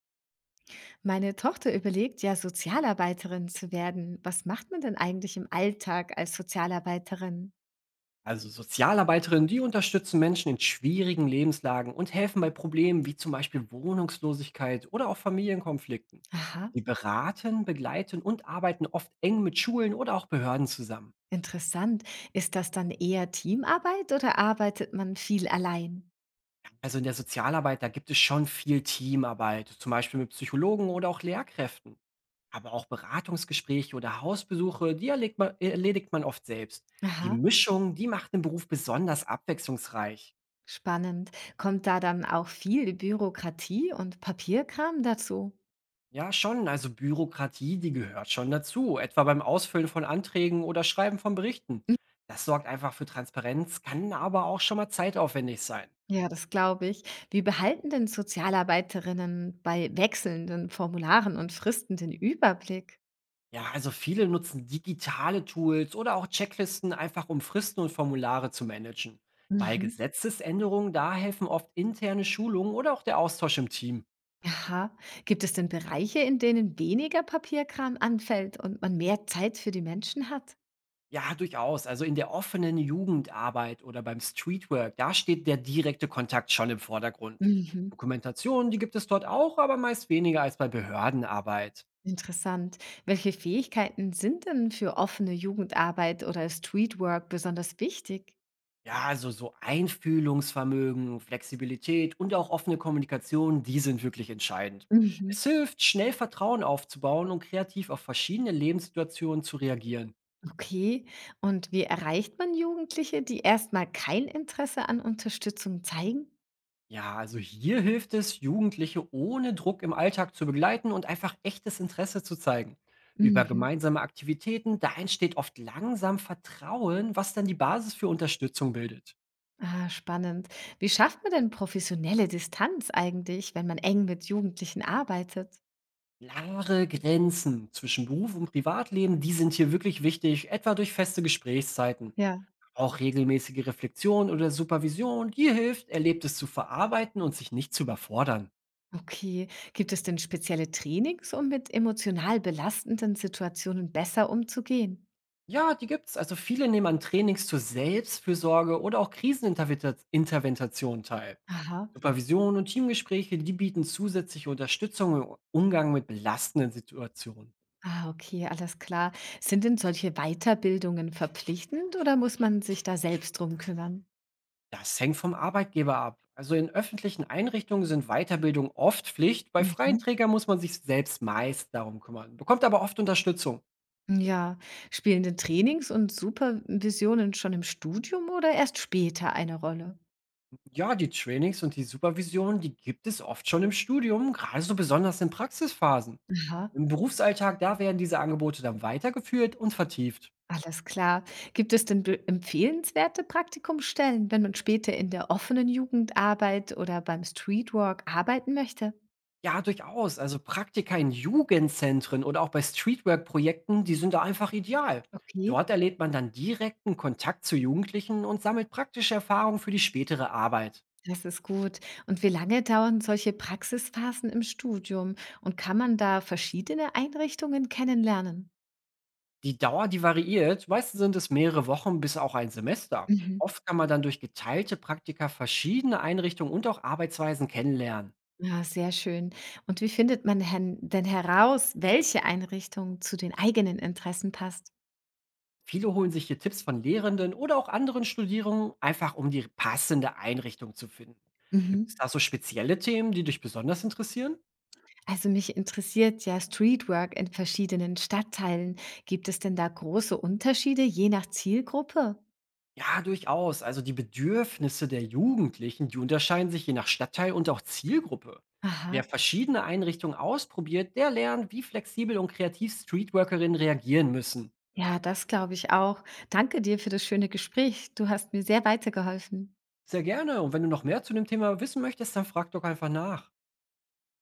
Meine Tochter überlegt ja, Sozialarbeiterin zu werden. Was macht man denn eigentlich im Alltag als Sozialarbeiterin? Also Sozialarbeiterinnen, die unterstützen Menschen in schwierigen Lebenslagen und helfen bei Problemen wie zum Beispiel Wohnungslosigkeit oder auch Familienkonflikten. Aha, Sie beraten, begleiten und arbeiten oft eng mit Schulen oder auch Behörden zusammen. interessant. Ist das dann eher Teamarbeit oder arbeitet man viel allein? Also in der Sozialarbeit, da gibt es schon viel Teamarbeit, zum Beispiel mit Psychologen oder auch Lehrkräften. Aber auch Beratungsgespräche oder Hausbesuche, erledigt man oft selbst. Die Aha, Mischung, die macht den Beruf besonders abwechslungsreich. spannend. Kommt da dann auch viel Bürokratie und Papierkram dazu? Ja, schon. Also Bürokratie, die gehört schon dazu, etwa beim Ausfüllen von Anträgen oder Schreiben von Berichten. Hm. Das sorgt einfach für Transparenz, kann aber auch schon mal zeitaufwendig sein. Ja, das glaube ich. Wie behalten denn Sozialarbeiterinnen bei wechselnden Formularen und Fristen den Überblick? Ja, also viele nutzen digitale Tools oder auch Checklisten einfach, um Fristen und Formulare zu managen. Bei Mhm. Gesetzesänderungen, da helfen oft interne Schulungen oder auch der Austausch im Team. Aha. Gibt es denn Bereiche, in denen weniger Papierkram anfällt und man mehr Zeit für die Menschen hat? Ja, durchaus. Also in der offenen Jugendarbeit oder beim Streetwork, da steht der direkte Kontakt schon im Vordergrund. Mhm. Dokumentationen, die gibt es dort auch, aber meist weniger als bei Behördenarbeit. Interessant. Welche Fähigkeiten sind denn für offene Jugendarbeit oder Streetwork besonders wichtig? Ja, also so Einfühlungsvermögen, Flexibilität und auch offene Kommunikation, die sind wirklich entscheidend. Mhm. Es hilft, schnell Vertrauen aufzubauen und kreativ auf verschiedene Lebenssituationen zu reagieren. Okay. Und wie erreicht man Jugendliche, die erstmal kein Interesse an Unterstützung zeigen? Ja, also hier hilft es, Jugendliche ohne Druck im Alltag zu begleiten und einfach echtes Interesse zu zeigen. Über Mhm. gemeinsame Aktivitäten, da entsteht oft langsam Vertrauen, was dann die Basis für Unterstützung bildet. Ah, spannend. Wie schafft man denn professionelle Distanz eigentlich, wenn man eng mit Jugendlichen arbeitet? Klare Grenzen zwischen Beruf und Privatleben, die sind hier wirklich wichtig, etwa durch feste Gesprächszeiten. Ja. Auch regelmäßige Reflexion oder Supervision, die hilft, Erlebtes zu verarbeiten und sich nicht zu überfordern. Okay. Gibt es denn spezielle Trainings, um mit emotional belastenden Situationen besser umzugehen? Ja, die gibt's. Also viele nehmen an Trainings zur Selbstfürsorge oder auch Krisenintervention teil. Aha. Supervision und Teamgespräche, die bieten zusätzliche Unterstützung im Umgang mit belastenden Situationen. Ah, okay, alles klar. Sind denn solche Weiterbildungen verpflichtend oder muss man sich da selbst drum kümmern? Das hängt vom Arbeitgeber ab. Also in öffentlichen Einrichtungen sind Weiterbildung oft Pflicht. Bei freien Mhm. Trägern muss man sich selbst meist darum kümmern, bekommt aber oft Unterstützung. Ja, spielen denn Trainings und Supervisionen schon im Studium oder erst später eine Rolle? Ja, die Trainings und die Supervision, die gibt es oft schon im Studium, gerade so besonders in Praxisphasen. Aha, Im Berufsalltag, da werden diese Angebote dann weitergeführt und vertieft. alles klar. Gibt es denn empfehlenswerte Praktikumstellen, wenn man später in der offenen Jugendarbeit oder beim Streetwork arbeiten möchte? Ja, durchaus. Also Praktika in Jugendzentren oder auch bei Streetwork-Projekten, die sind da einfach ideal. Okay, Dort erlebt man dann direkten Kontakt zu Jugendlichen und sammelt praktische Erfahrungen für die spätere Arbeit. das ist gut. Und wie lange dauern solche Praxisphasen im Studium? Und kann man da verschiedene Einrichtungen kennenlernen? Die Dauer, die variiert. Meistens sind es mehrere Wochen bis auch ein Semester. Mhm. Oft kann man dann durch geteilte Praktika verschiedene Einrichtungen und auch Arbeitsweisen kennenlernen. Ja, sehr schön. Und wie findet man denn heraus, welche Einrichtung zu den eigenen Interessen passt? Viele holen sich hier Tipps von Lehrenden oder auch anderen Studierenden, einfach um die passende Einrichtung zu finden. Mhm. Gibt es da so spezielle Themen, die dich besonders interessieren? Also mich interessiert ja Streetwork in verschiedenen Stadtteilen. Gibt es denn da große Unterschiede je nach Zielgruppe? Ja, durchaus. Also die Bedürfnisse der Jugendlichen, die unterscheiden sich je nach Stadtteil und auch Zielgruppe. Aha. Wer verschiedene Einrichtungen ausprobiert, der lernt, wie flexibel und kreativ Streetworkerinnen reagieren müssen. Ja, das glaube ich auch. Danke dir für das schöne Gespräch. Du hast mir sehr weitergeholfen. Sehr gerne. Und wenn du noch mehr zu dem Thema wissen möchtest, dann frag doch einfach nach.